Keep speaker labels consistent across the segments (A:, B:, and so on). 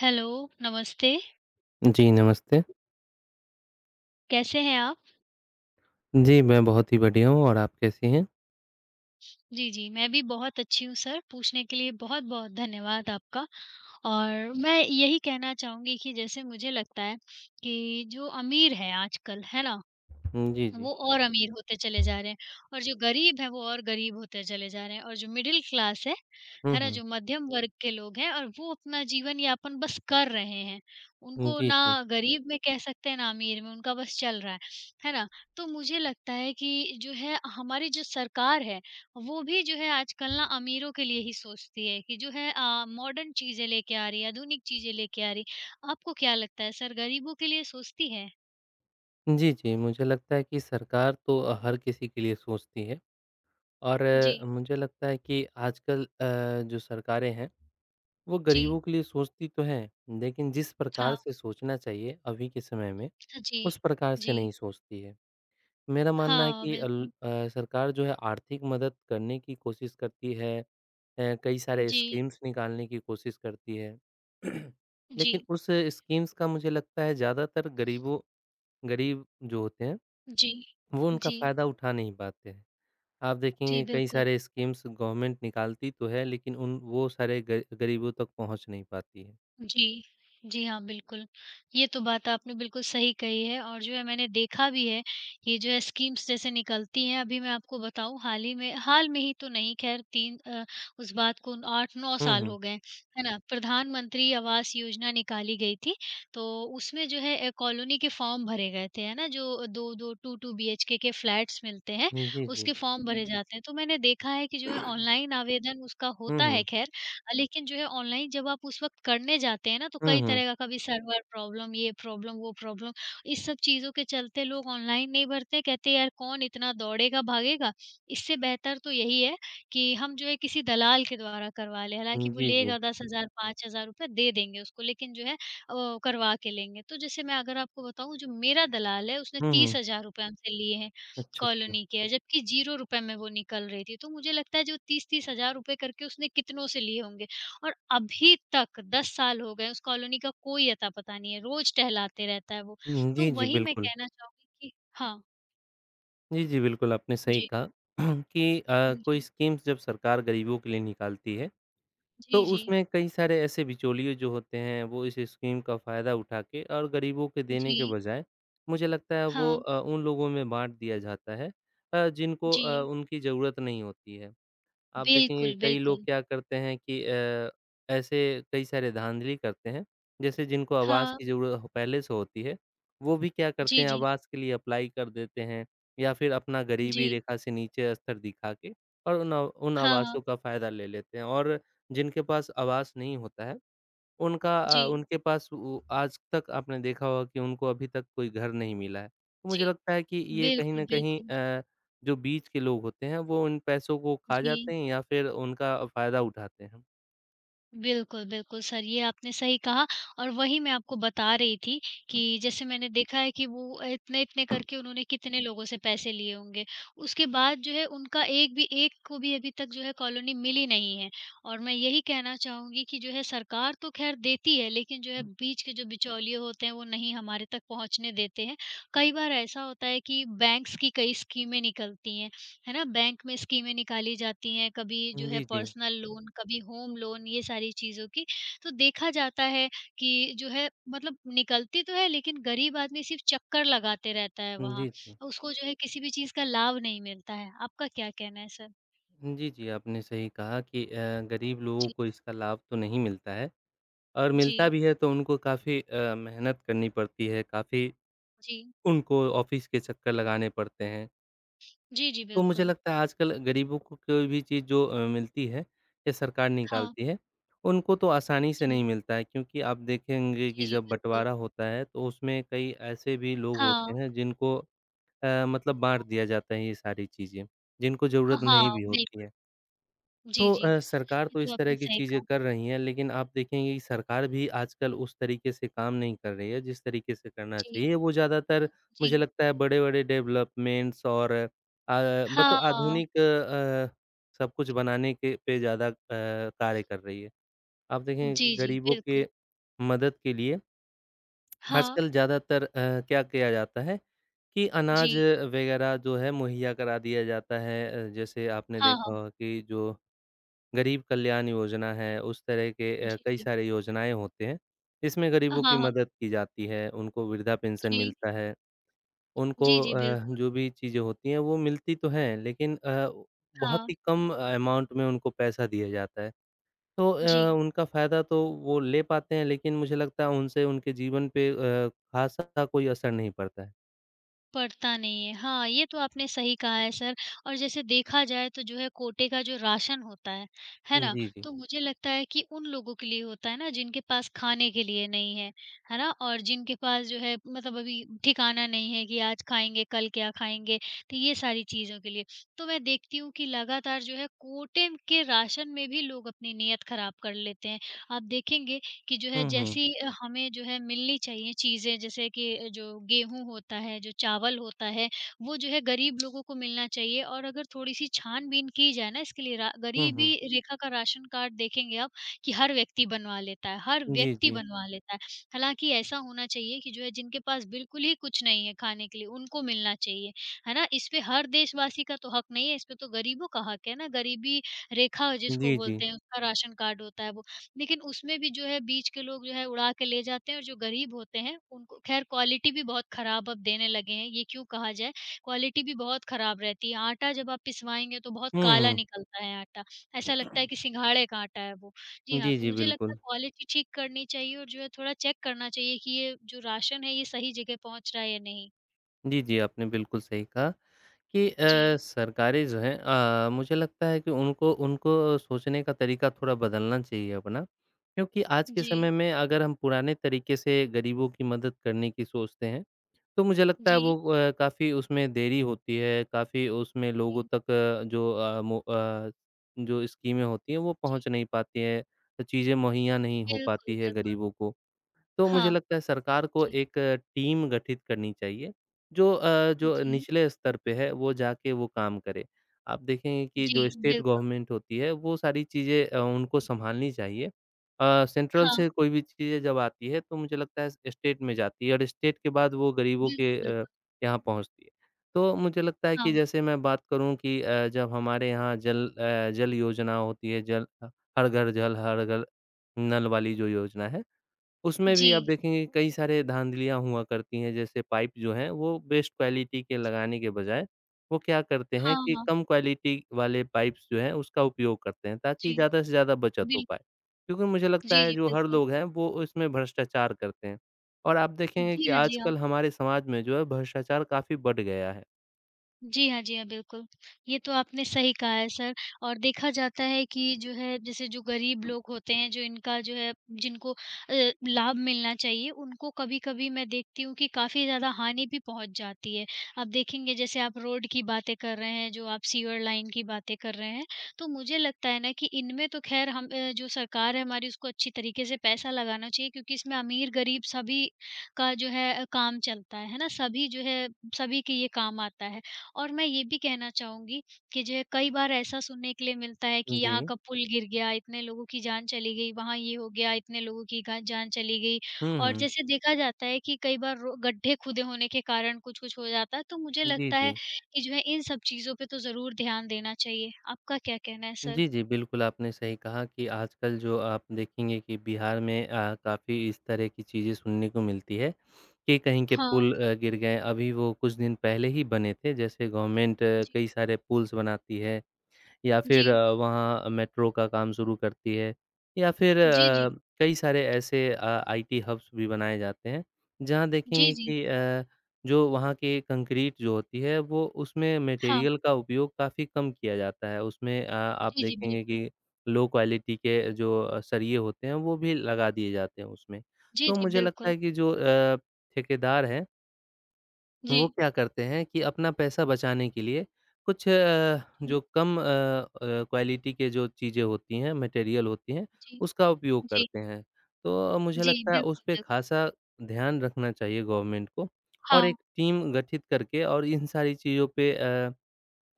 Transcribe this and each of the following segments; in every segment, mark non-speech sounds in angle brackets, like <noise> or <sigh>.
A: Hello, नमस्ते,
B: जी, नमस्ते।
A: कैसे हैं आप?
B: जी, मैं बहुत ही बढ़िया हूँ और आप कैसी हैं?
A: जी, जी, मैं भी बहुत अच्छी हूँ सर, पूछने के लिए बहुत-बहुत धन्यवाद आपका। और मैं यही कहना चाहूँगी कि जैसे मुझे लगता है कि जो अमीर है आजकल, है ना?
B: हुँ, जी, जी।
A: वो और अमीर होते चले जा रहे हैं और जो गरीब हैं, वो और गरीब होते चले जा रहे हैं और जो मिडल क्लास
B: हुँ,
A: है ना?
B: हुँ।
A: जो मध्यम वर्ग के लोग हैं और वो अपना जीवन-यापन बस कर रहे हैं। उनको
B: जी,
A: ना
B: जी।
A: गरीब में कह सकते हैं, ना अमीर में, उनका बस चल रहा है ना? तो मुझे लगता है कि जो है हमारी जो सरकार है, वो भी जो है आजकल ना अमीरों के लिए ही सोचती है कि जो है मॉडर्न चीज़ें लेके आ रही है, आधुनिक चीज़ें लेके आ रही है। आपको क्या लगता है सर, गरीबों के लिए सोचती है?
B: जी, जी, मुझे लगता है कि सरकार तो हर किसी के लिए सोचती है और
A: जी,
B: मुझे लगता है कि आजकल जो सरकारें हैं, वो
A: जी।
B: गरीबों के लिए सोचती तो हैं, लेकिन जिस प्रकार
A: हाँ।
B: से सोचना चाहिए अभी के समय में,
A: जी,
B: उस प्रकार
A: जी।
B: से नहीं सोचती है। मेरा मानना है
A: हाँ,
B: कि
A: बिल्कुल।
B: सरकार जो है आर्थिक मदद करने की कोशिश करती है। कई सारे
A: जी,
B: स्कीम्स निकालने की कोशिश करती है। <clears throat> लेकिन
A: जी,
B: उस स्कीम्स का मुझे लगता है ज़्यादातर गरीब जो होते हैं,
A: जी,
B: वो उनका
A: जी,
B: फ़ायदा उठा नहीं पाते हैं। आप
A: जी,
B: देखेंगे कई
A: बिल्कुल।
B: सारे स्कीम्स गवर्नमेंट निकालती तो है लेकिन उन वो सारे ग गरीबों तक पहुँच नहीं पाती है।
A: जी। जी हाँ, बिल्कुल। ये तो बात आपने बिल्कुल सही कही है और जो है मैंने देखा भी है, ये जो है स्कीम्स जैसे निकलती हैं, अभी मैं आपको बताऊँ हाल में ही तो नहीं ख़ैर 3 उस बात को 8-9
B: हुँ,
A: साल
B: हुँ।
A: हो गए हैं, है ना? प्रधानमंत्री आवास योजना निकाली गई थी, तो उसमें जो है कॉलोनी के फॉर्म भरे गए थे, है ना? जो 2-2, 2-2 बीएचके के फ्लैट्स मिलते हैं,
B: हुँ, जी, जी।
A: उसके फॉर्म भरे जाते हैं। तो मैंने देखा है कि जो है ऑनलाइन आवेदन उसका
B: हुँ,
A: होता है
B: हुँ।
A: ख़ैर, लेकिन जो है ऑनलाइन जब आप उस वक़्त करने जाते हैं ना, तो
B: हुँ,
A: कई
B: हुँ।
A: तरह का कभी सर्वर प्रॉब्लम, ये प्रॉब्लम, वो प्रॉब्लम, इस सब चीज़ों के चलते लोग ऑनलाइन नहीं भरते हैं। कहते हैं यार कौन इतना दौड़ेगा, भागेगा, इससे बेहतर तो यही है कि हम जो है किसी दलाल के द्वारा करवा लें।
B: हुँ,
A: हालाँकि वो
B: जी, जी।
A: लेगा 10,000 5,000 रुपए दे देंगे उसको, लेकिन जो है करवा के लेंगे। तो जैसे मैं अगर आपको बताऊँ जो मेरा दलाल है उसने
B: हुँ, हुँ।
A: 30,000 रुपए हमसे लिए हैं।
B: अच्छा, अच्छा।
A: कॉलोनी के है, जबकि 0 रुपए में वो निकल रही थी। तो मुझे लगता है जो 30-30 हज़ार रुपए करके उसने कितनों से लिए होंगे और अभी तक 10 साल हो गए, उस कॉलोनी का कोई अता-पता नहीं है, रोज़ टहलाते रहता है वो।
B: हुँ,
A: तो
B: जी, जी,
A: वही मैं
B: बिल्कुल।
A: कहना चाहूँगी कि हाँ,
B: जी, जी, बिल्कुल, आपने सही
A: जी,
B: कहा। <clears throat> कि कोई
A: जी,
B: स्कीम्स जब सरकार गरीबों के लिए निकालती है, तो
A: जी, जी,
B: उसमें कई सारे ऐसे बिचौलिए जो होते हैं, वो इस स्कीम का फ़ायदा उठा के और गरीबों के देने के
A: जी,
B: बजाय, मुझे लगता है वो
A: हाँ,
B: उन लोगों में बाँट दिया जाता है, जिनको
A: जी,
B: उनकी ज़रूरत नहीं होती है। आप देखेंगे
A: बिल्कुल,
B: कई
A: बिल्कुल।
B: लोग क्या करते हैं कि ऐसे कई सारे धाँधली करते हैं, जैसे जिनको आवाज़
A: हाँ,
B: की ज़रूरत हो पहले से होती है, वो भी क्या करते
A: जी,
B: हैं
A: जी,
B: आवाज़ के लिए अप्लाई कर देते हैं या फिर अपना गरीबी
A: जी,
B: रेखा से नीचे स्तर दिखा के और उन
A: हाँ, हाँ,
B: आवाज़ों का फ़ायदा ले लेते हैं और जिनके पास आवाज़ नहीं होता है उनका
A: जी,
B: उनके पास वो आज तक आपने देखा होगा कि उनको अभी तक कोई घर नहीं मिला है। तो मुझे
A: जी,
B: लगता है कि ये कहीं न
A: बिल्कुल,
B: कहीं
A: बिल्कुल,
B: जो बीच के लोग होते हैं वो इन पैसों को खा
A: जी।
B: जाते हैं या फिर उनका फ़ायदा उठाते हैं।
A: बिल्कुल, बिल्कुल सर, ये आपने सही कहा और वही मैं आपको बता रही थी कि जैसे मैंने देखा है कि वो इतने-इतने करके उन्होंने कितने लोगों से पैसे लिए होंगे। उसके बाद जो है उनका एक को भी अभी तक जो है कॉलोनी मिली नहीं है और मैं यही कहना चाहूँगी कि जो है सरकार तो ख़ैर देती है, लेकिन जो है बीच के जो बिचौलिए होते हैं, वो नहीं हमारे तक पहुँचने देते हैं। कई बार ऐसा होता है कि बैंक्स की कई स्कीमें निकलती हैं, है ना? बैंक में स्कीमें निकाली जाती हैं, कभी जो है
B: जी, जी।
A: पर्सनल लोन, कभी होम लोन ये सारी चीज़ों की। तो देखा जाता है कि जो है मतलब निकलती तो है लेकिन गरीब आदमी सिर्फ़ चक्कर लगाते रहता है वहाँ।
B: जी, जी।
A: उसको जो है किसी भी चीज़ का लाभ नहीं मिलता है। आपका क्या कहना है सर?
B: जी, जी, आपने सही कहा कि गरीब लोगों
A: जी,
B: को इसका लाभ तो नहीं मिलता है और मिलता
A: जी,
B: भी है तो उनको काफ़ी मेहनत करनी पड़ती है, काफ़ी
A: जी।
B: उनको ऑफ़िस के चक्कर लगाने पड़ते हैं।
A: जी, जी,
B: तो मुझे
A: बिल्कुल।
B: लगता है आजकल गरीबों को कोई भी चीज़ जो मिलती है या सरकार
A: हाँ,
B: निकालती है, उनको तो आसानी से
A: जी।
B: नहीं मिलता है क्योंकि आप देखेंगे कि
A: जी, जी,
B: जब
A: बिल्कुल।
B: बँटवारा होता है तो उसमें कई ऐसे भी लोग
A: हाँ,
B: होते हैं जिनको मतलब बाँट दिया जाता है ये सारी चीज़ें, जिनको ज़रूरत
A: हाँ,
B: नहीं भी होती
A: बिल्कुल।
B: है।
A: जी,
B: तो
A: जी। ये
B: सरकार तो
A: तो
B: इस तरह
A: आपने
B: की
A: सही कहा।
B: चीज़ें कर रही है, लेकिन आप देखेंगे कि सरकार भी आजकल उस तरीके से काम नहीं कर रही है, जिस तरीके से करना
A: जी,
B: चाहिए। वो ज़्यादातर मुझे
A: जी।
B: लगता है बड़े-बड़े डेवलपमेंट्स और मतलब
A: हाँ।
B: आधुनिक, सब कुछ बनाने के पे ज़्यादा कार्य कर रही है। आप देखेंगे कि
A: जी, जी,
B: गरीबों
A: बिल्कुल।
B: के मदद के लिए
A: हाँ,
B: आजकल ज़्यादातर क्या किया जाता है कि
A: जी।
B: अनाज वगैरह जो है मुहैया करा दिया जाता है। जैसे आपने
A: हाँ,
B: देखा
A: हाँ।
B: होगा कि जो गरीब कल्याण योजना है, उस तरह के
A: जी,
B: कई
A: जी।
B: सारे योजनाएँ होते हैं। इसमें
A: हाँ,
B: गरीबों की
A: हाँ।
B: मदद की जाती है, उनको वृद्धा पेंशन
A: जी।
B: मिलता है, उनको
A: जी, जी, बिल्कुल।
B: जो भी चीज़ें होती हैं वो मिलती तो हैं लेकिन बहुत
A: हाँ,
B: ही कम अमाउंट में उनको पैसा दिया जाता है। तो
A: जी।
B: उनका फ़ायदा तो वो ले पाते हैं लेकिन मुझे लगता है उनसे उनके जीवन पे ख़ासा कोई असर नहीं पड़ता है।
A: पड़ता नहीं है। हाँ, ये तो आपने सही कहा है सर और जैसे देखा जाए तो जो है कोटे का जो राशन होता है ना?
B: जी, जी।
A: तो मुझे लगता है कि उन लोगों के लिए होता है ना जिनके पास खाने के लिए नहीं है, है ना? और जिनके पास जो है मतलब अभी ठिकाना नहीं है कि आज खाएँगे, कल क्या खाएँगे, तो ये सारी चीज़ों के लिए। तो मैं देखती हूँ कि लगातार जो है कोटे के राशन में भी लोग अपनी नियत ख़राब कर लेते हैं। आप देखेंगे कि जो है
B: हुँ, हुँ।
A: जैसी हमें जो है मिलनी चाहिए चीज़ें जैसे कि जो गेहूँ होता है, जो चावल होता है, वो जो है गरीब लोगों को मिलना चाहिए और अगर थोड़ी-सी छान-बीन की जाए ना इसके लिए रा
B: हुँ, हुँ।
A: गरीबी रेखा का राशन कार्ड देखेंगे आप कि हर व्यक्ति बनवा लेता है, हर
B: जी,
A: व्यक्ति
B: जी।
A: बनवा लेता है। हालाँकि ऐसा होना चाहिए कि जो है जिनके पास बिल्कुल ही कुछ नहीं है खाने के लिए, उनको मिलना चाहिए, है ना? इसपे हर देशवासी का तो हक नहीं है, इसपे तो गरीबों का हक है ना, गरीबी रेखा जिसको
B: जी, जी।
A: बोलते हैं उसका राशन कार्ड होता है, वो लेकिन उसमें भी जो है बीच के लोग जो है उड़ा के ले जाते हैं और जो गरीब होते हैं उनको खैर क्वालिटी भी बहुत खराब अब देने लगे हैं, ये क्यों कहा जाए, क्वालिटी भी बहुत खराब रहती है। आटा जब आप पिसवाएँगे तो बहुत
B: हुँ,
A: काला
B: हुँ।
A: निकलता है आटा, ऐसा लगता है कि सिंघाड़े का आटा है वो। जी हाँ,
B: जी,
A: तो
B: जी,
A: मुझे लगता है
B: बिल्कुल।
A: क्वालिटी ठीक करनी चाहिए और जो है थोड़ा चेक करना चाहिए कि ये जो राशन है ये सही जगह पहुँच रहा है या नहीं।
B: जी, जी, आपने बिल्कुल सही कहा। कि
A: जी,
B: सरकारें जो हैं मुझे लगता है कि उनको उनको सोचने का तरीका थोड़ा बदलना चाहिए अपना। क्योंकि आज के समय
A: जी,
B: में अगर हम पुराने तरीके से गरीबों की मदद करने की सोचते हैं, तो मुझे लगता है वो
A: जी,
B: काफ़ी उसमें देरी होती है, काफ़ी उसमें लोगों
A: जी,
B: तक जो अ, मो अ, जो स्कीमें होती हैं वो
A: जी।
B: पहुँच नहीं पाती हैं, चीज़ें मुहैया नहीं हो
A: बिल्कुल,
B: पाती है
A: बिल्कुल।
B: गरीबों को। तो मुझे
A: हाँ,
B: लगता है सरकार को
A: जी,
B: एक टीम गठित करनी चाहिए, जो
A: जी,
B: निचले स्तर पे है वो जाके वो काम करे। आप देखेंगे कि
A: जी,
B: जो स्टेट
A: बिल्कुल।
B: गवर्नमेंट होती है वो सारी चीज़ें उनको सँभालनी चाहिए। सेंट्रल
A: हाँ,
B: से कोई भी चीज़ें जब आती है तो मुझे लगता है स्टेट में जाती है और स्टेट के बाद वो गरीबों के,
A: बिल्कुल, बिल्कुल।
B: यहाँ पहुँचती है। तो मुझे लगता है कि
A: हाँ।
B: जैसे मैं बात करूँ कि जब हमारे यहाँ जल योजना होती है, जल, हर घर नल वाली जो योजना है उसमें भी
A: जी,
B: आप देखेंगे कई सारे धाँधलियाँ हुआ करती हैं, जैसे पाइप जो हैं, वो बेस्ट क्वालिटी के
A: जी।
B: लगाने के बजाय, वो क्या करते हैं
A: हाँ,
B: कि
A: हाँ।
B: कम क्वालिटी वाले पाइप्स जो हैं, उसका उपयोग करते हैं, ताकि
A: जी,
B: ज़्यादा से ज़्यादा बचत हो
A: बिल्कुल।
B: पाए। क्योंकि मुझे लगता
A: जी,
B: है
A: जी,
B: जो हर
A: बिल्कुल।
B: लोग हैं, वो इसमें भ्रष्टाचार करते हैं और आप देखेंगे कि
A: जी हाँ, जी हाँ।
B: आजकल हमारे समाज में जो है भ्रष्टाचार काफ़ी बढ़ गया है।
A: जी हाँ, जी हाँ, बिल्कुल। ये तो आपने सही कहा है सर और देखा जाता है कि जो है जैसे जो गरीब लोग होते हैं, जो इनका जो है जिनको लाभ मिलना चाहिए, उनको कभी-कभी मैं देखती हूँ कि काफ़ी ज़्यादा हानि भी पहुँच जाती है। आप देखेंगे जैसे आप रोड की बातें कर रहे हैं, जो आप सीवर लाइन की बातें कर रहे हैं, तो मुझे लगता है ना कि इनमें तो ख़ैर हम जो सरकार है हमारी उसको अच्छी तरीके से पैसा लगाना चाहिए क्योंकि इसमें अमीर-गरीब सभी का जो है काम चलता है ना? सभी जो है सभी के ये काम आता है। और मैं ये भी कहना चाहूँगी कि जो है कई बार ऐसा सुनने के लिए मिलता है कि
B: जी।
A: यहाँ का पुल गिर गया, इतने लोगों की जान चली गई, वहाँ ये हो गया, इतने लोगों की गा जान चली गई।
B: हुँ,
A: और
B: हुँ।
A: जैसे देखा जाता है कि कई बार रो गड्ढे खुदे होने के कारण कुछ-कुछ हो जाता है, तो मुझे
B: जी,
A: लगता है
B: जी।
A: कि जो है इन सब चीज़ों पे तो ज़रूर ध्यान देना चाहिए। आपका क्या कहना है सर?
B: जी, जी, बिल्कुल आपने सही कहा कि आजकल जो आप देखेंगे कि बिहार में काफ़ी इस तरह की चीज़ें सुनने को मिलती है कि कहीं के
A: हाँ,
B: पुल गिर गए। अभी वो कुछ दिन पहले ही बने थे, जैसे गवर्नमेंट
A: जी।
B: कई सारे पुल्स बनाती है या
A: जी।
B: फिर वहाँ मेट्रो का काम शुरू करती है या फिर
A: जी, जी।
B: कई सारे ऐसे आईटी हब्स भी बनाए जाते हैं, जहाँ
A: जी,
B: देखेंगे
A: जी।
B: कि जो वहाँ की कंक्रीट जो होती है वो उसमें
A: हाँ।
B: मटेरियल का उपयोग काफ़ी कम किया जाता है। उसमें आप
A: जी, जी,
B: देखेंगे
A: बिल्कुल।
B: कि लो क्वालिटी के सरिये होते हैं वो भी लगा दिए जाते हैं उसमें।
A: जी,
B: तो
A: जी,
B: मुझे लगता
A: बिल्कुल।
B: है कि ठेकेदार हैं
A: जी।
B: वो क्या करते हैं कि अपना पैसा बचाने के लिए कुछ, जो कम, क्वालिटी के जो चीज़ें होती हैं, मटेरियल होती हैं,
A: जी,
B: उसका उपयोग
A: जी,
B: करते हैं। तो
A: जी,
B: मुझे
A: जी,
B: लगता है उस
A: बिल्कुल,
B: पे
A: बिल्कुल।
B: ख़ासा ध्यान रखना चाहिए गवर्नमेंट को और
A: हाँ,
B: एक टीम गठित करके और इन सारी चीज़ों पे अ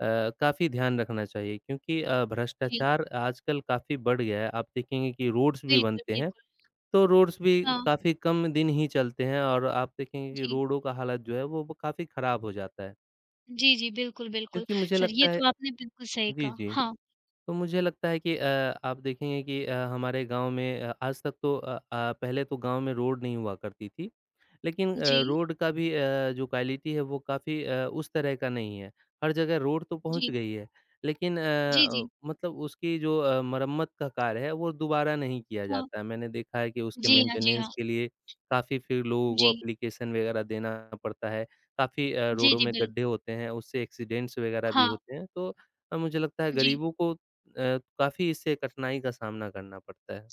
B: अ, काफ़ी ध्यान रखना चाहिए क्योंकि
A: जी।
B: भ्रष्टाचार आजकल काफ़ी बढ़ गया है। आप देखेंगे कि रोड्स भी
A: बिल्कुल,
B: बनते हैं
A: बिल्कुल।
B: तो रोड्स भी
A: हाँ,
B: काफ़ी कम दिन ही चलते हैं और आप देखेंगे कि
A: जी।
B: रोडों का हालत जो है वो काफ़ी ख़राब हो जाता है।
A: जी, जी, बिल्कुल, बिल्कुल।
B: क्योंकि मुझे
A: सर,
B: लगता
A: ये
B: है।
A: तो आपने बिल्कुल सही
B: जी,
A: कहा।
B: जी।
A: हाँ,
B: तो मुझे लगता है कि आप देखेंगे कि हमारे गाँव में आज तक तो, पहले तो गाँव में रोड नहीं हुआ करती थी। लेकिन
A: जी,
B: रोड का भी जो क्वालिटी है वो काफ़ी उस तरह का नहीं है। हर जगह रोड तो पहुँच
A: जी,
B: गई है, लेकिन
A: जी, जी।
B: मतलब उसकी मरम्मत का कार्य है वो दोबारा नहीं किया
A: हाँ,
B: जाता है। मैंने देखा है कि उसके
A: जी हाँ, जी हाँ।
B: मेंटेनेंस के लिए काफ़ी फिर लोगों को
A: जी,
B: एप्लीकेशन वग़ैरह देना पड़ता है। काफ़ी,
A: जी,
B: रोडों
A: जी,
B: में गड्ढे
A: बिल्कुल।
B: होते हैं, उससे एक्सीडेंट्स वग़ैरह भी
A: हाँ,
B: होते हैं। तो मुझे लगता है
A: जी।
B: गरीबों को काफ़ी इससे कठिनाई का सामना करना पड़ता है।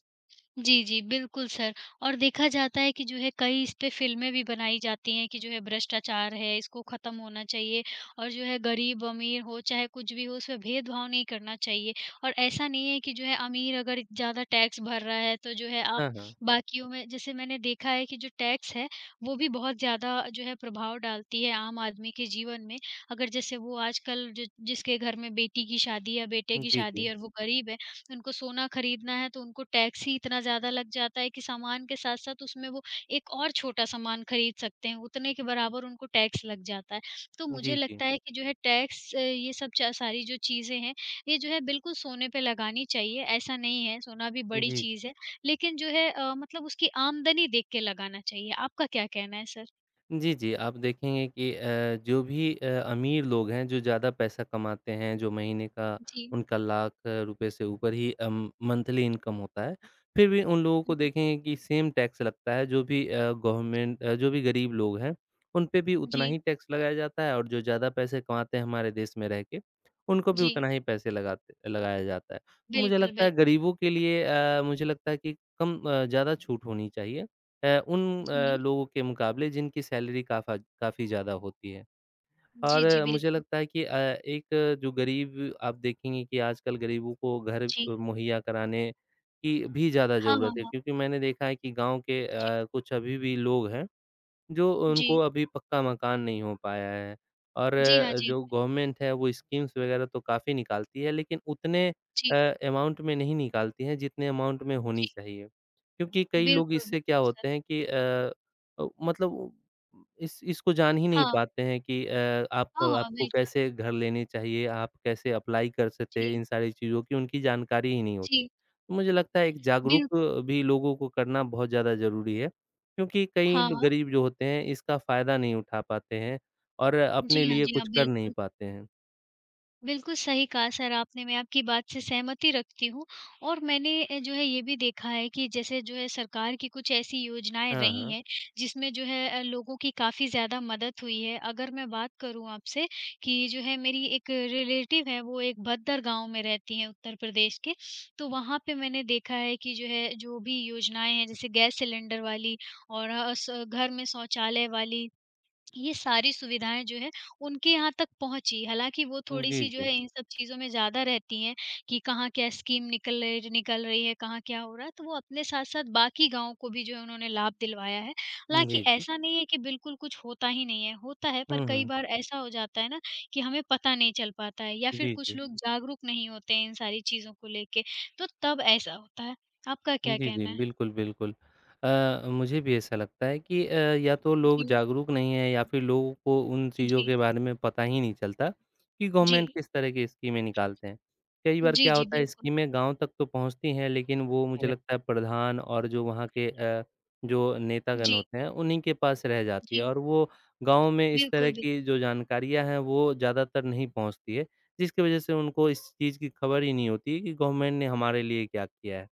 A: जी, जी, बिल्कुल सर। और देखा जाता है कि जो है कई इस पे फ़िल्में भी बनाई जाती हैं कि जो है भ्रष्टाचार है, इसको ख़त्म होना चाहिए और जो है गरीब-अमीर हो, चाहे कुछ भी हो, उसमें भेदभाव नहीं करना चाहिए। और ऐसा नहीं है कि जो है अमीर अगर ज़्यादा टैक्स भर रहा है, तो जो है आप
B: हाँ, हाँ।
A: बाकियों में जैसे मैंने देखा है कि जो टैक्स है, वो भी बहुत ज़्यादा जो है प्रभाव डालती है आम आदमी के जीवन में। अगर जैसे वो आजकल जो जिसके घर में बेटी की शादी या बेटे की
B: जी,
A: शादी
B: जी।
A: है और वो गरीब है, उनको सोना खरीदना है तो उनको टैक्स ही इतना ज़्यादा लग जाता है कि सामान के साथ-साथ उसमें वो एक और छोटा सामान खरीद सकते हैं, उतने के बराबर उनको टैक्स लग जाता है। तो मुझे
B: जी, जी।
A: लगता है कि जो है टैक्स ये सब च सारी जो चीज़ें हैं, ये जो है बिल्कुल सोने पे लगानी चाहिए, ऐसा नहीं है सोना भी बड़ी
B: जी,
A: चीज़ है। लेकिन जो है मतलब उसकी आमदनी देख के लगाना चाहिए। आपका क्या कहना है सर?
B: जी, जी। आप देखेंगे कि अमीर लोग हैं, जो ज़्यादा पैसा कमाते हैं, जो महीने का
A: जी।
B: उनका ₹1,00,000 से ऊपर ही मंथली इनकम होता है, फिर भी उन लोगों को
A: हुँ, हुँ।
B: देखेंगे कि सेम टैक्स लगता है, जो भी अ, गवर्नमेंट अ, जो भी गरीब लोग हैं, उन पे भी उतना
A: जी,
B: ही टैक्स लगाया जाता है और जो ज़्यादा पैसे कमाते हैं हमारे देश में रह के, उनको भी
A: जी।
B: उतना ही पैसे लगाते लगाया जाता है। तो मुझे
A: बिल्कुल,
B: लगता
A: बिल
B: है गरीबों के लिए, मुझे लगता है कि ज़्यादा छूट होनी चाहिए। उन
A: जी।
B: लोगों के मुकाबले जिनकी सैलरी काफ़ा काफ़ी ज़्यादा होती है। और
A: जी, जी,
B: मुझे
A: बिल्कुल।
B: लगता है कि एक जो गरीब आप देखेंगे कि आजकल गरीबों को घर
A: जी।
B: मुहैया कराने की भी ज़्यादा
A: हाँ, हाँ,
B: ज़रूरत है
A: हाँ।
B: क्योंकि मैंने देखा है कि गाँव के
A: जी,
B: कुछ अभी भी लोग हैं जो
A: जी।
B: उनको अभी पक्का मकान नहीं हो पाया है और
A: जी हाँ, जी
B: जो
A: हाँ।
B: गवर्नमेंट है वो स्कीम्स वगैरह तो काफ़ी निकालती है लेकिन उतने अ,
A: जी।
B: अमाउंट में नहीं निकालती है जितने अमाउंट में
A: जी,
B: होनी चाहिए। क्योंकि कई लोग
A: बिल्कुल,
B: इससे क्या
A: बिल्कुल सर।
B: होते हैं कि मतलब वो इस इसको जान ही नहीं
A: हाँ,
B: पाते हैं कि आप
A: हाँ, हाँ,
B: आपको
A: बिल्कुल।
B: कैसे घर लेने चाहिए, आप कैसे अप्लाई कर सकते हैं
A: जी,
B: इन सारी चीज़ों की उनकी जानकारी ही नहीं होती।
A: जी,
B: तो मुझे लगता है एक जागरूक
A: बिल्कुल।
B: भी लोगों को करना बहुत ज़्यादा ज़रूरी है। क्योंकि कई
A: हाँ,
B: लो
A: हाँ।
B: गरीब जो होते हैं इसका फ़ायदा नहीं उठा पाते हैं और
A: जी
B: अपने
A: हाँ,
B: लिए
A: जी
B: कुछ
A: हाँ,
B: कर नहीं
A: बिल्कुल।
B: पाते हैं।
A: बिल्कुल सही कहा सर आपने, मैं आपकी बात से सहमति रखती हूँ और मैंने जो है ये भी देखा है कि जैसे जो है सरकार की कुछ ऐसी योजनाएँ
B: हाँ,
A: रही
B: हाँ।
A: हैं, जिसमें जो है लोगों की काफ़ी ज़्यादा मदद हुई है। अगर मैं बात करूँ आपसे कि जो है मेरी एक रिलेटिव है, वो एक भद्दर गाँव में रहती हैं उत्तर प्रदेश के, तो वहाँ पे मैंने देखा है कि जो है जो भी योजनाएँ हैं, जैसे गैस सिलेंडर वाली और स घर में शौचालय वाली ये सारी सुविधाएँ जो है, उनके यहाँ तक पहुँची। हालाँकि वो
B: जी,
A: थोड़ी-सी जो
B: जी।
A: है इन सब चीज़ों में ज़्यादा रहती हैं कि कहाँ क्या स्कीम निकल रही है, कहाँ क्या हो रहा है, तो वो अपने साथ-साथ बाकी गाँव को भी जो है उन्होंने लाभ दिलवाया है। हालाँकि
B: जी, जी।
A: ऐसा नहीं है कि बिल्कुल कुछ होता ही नहीं है, होता है पर
B: हुँ,
A: कई
B: हुँ।
A: बार ऐसा हो जाता है ना कि हमें पता नहीं चल पाता है या फिर
B: जी,
A: कुछ
B: जी।
A: लोग जागरूक नहीं होते हैं इन सारी चीज़ों को लेके, तो तब ऐसा होता है। आपका क्या
B: जी, जी।
A: कहना है?
B: बिल्कुल, बिल्कुल। मुझे भी ऐसा लगता है कि या तो लोग
A: जी,
B: जागरूक नहीं हैं या फिर लोगों को उन चीज़ों
A: जी,
B: के बारे में पता ही नहीं चलता कि
A: जी।
B: गवर्नमेंट किस तरह की स्कीमें निकालते हैं। कई बार
A: जी,
B: क्या
A: जी,
B: होता है
A: बिल्कुल।
B: स्कीमें गाँव तक तो पहुँचती हैं लेकिन वो मुझे लगता है प्रधान और जो नेतागण
A: जी,
B: होते हैं उन्हीं के पास रह जाती है
A: जी।
B: और वो गाँव में इस तरह
A: बिल्कुल, बिल्कुल।
B: की जो जानकारियाँ हैं वो ज़्यादातर नहीं पहुँचती है, जिसकी वज़ह से उनको इस चीज़ की खबर ही नहीं होती है कि गवर्नमेंट ने हमारे लिए क्या किया है।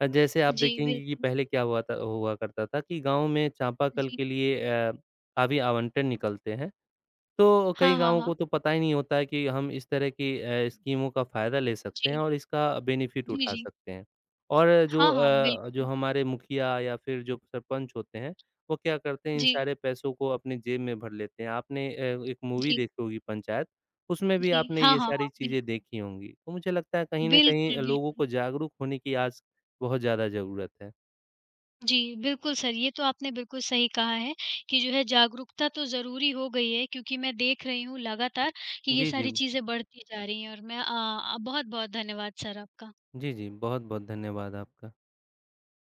B: जैसे आप
A: जी,
B: देखेंगे कि
A: बिल्कुल।
B: पहले क्या हुआ करता था कि गाँव में चापाकल
A: जी।
B: के लिए काफ़ी आवंटन निकलते हैं तो कई
A: हाँ, हाँ,
B: गाँवों
A: हाँ।
B: को तो पता ही नहीं होता है कि हम इस तरह की स्कीमों का फ़ायदा ले सकते हैं
A: जी,
B: और इसका बेनिफ़िट
A: जी,
B: उठा
A: जी।
B: सकते हैं। और
A: हाँ, हाँ,
B: जो
A: बिल्कुल।
B: हमारे मुखिया या फिर जो सरपंच होते हैं, वो क्या करते हैं इन
A: जी,
B: सारे पैसों को अपनी जेब में भर लेते हैं। आपने एक मूवी
A: जी,
B: देखी होगी पंचायत, उसमें भी
A: जी।
B: आपने
A: हाँ,
B: ये
A: हाँ,
B: सारी
A: हाँ,
B: चीज़ें
A: बिल्कुल।
B: देखी होंगी। तो मुझे लगता है कहीं न कहीं
A: बिल्कुल,
B: लोगों
A: बिल्कुल।
B: को जागरूक होने की आज बहुत ज़्यादा ज़रूरत है।
A: जी, बिल्कुल सर, ये तो आपने बिल्कुल सही कहा है कि जो है जागरूकता तो ज़रूरी हो गई है क्योंकि मैं देख रही हूँ लगातार कि ये
B: जी, जी।
A: सारी चीज़ें बढ़ती जा रही हैं और मैं बहुत-बहुत धन्यवाद सर आपका।
B: जी, जी। बहुत-बहुत धन्यवाद आपका।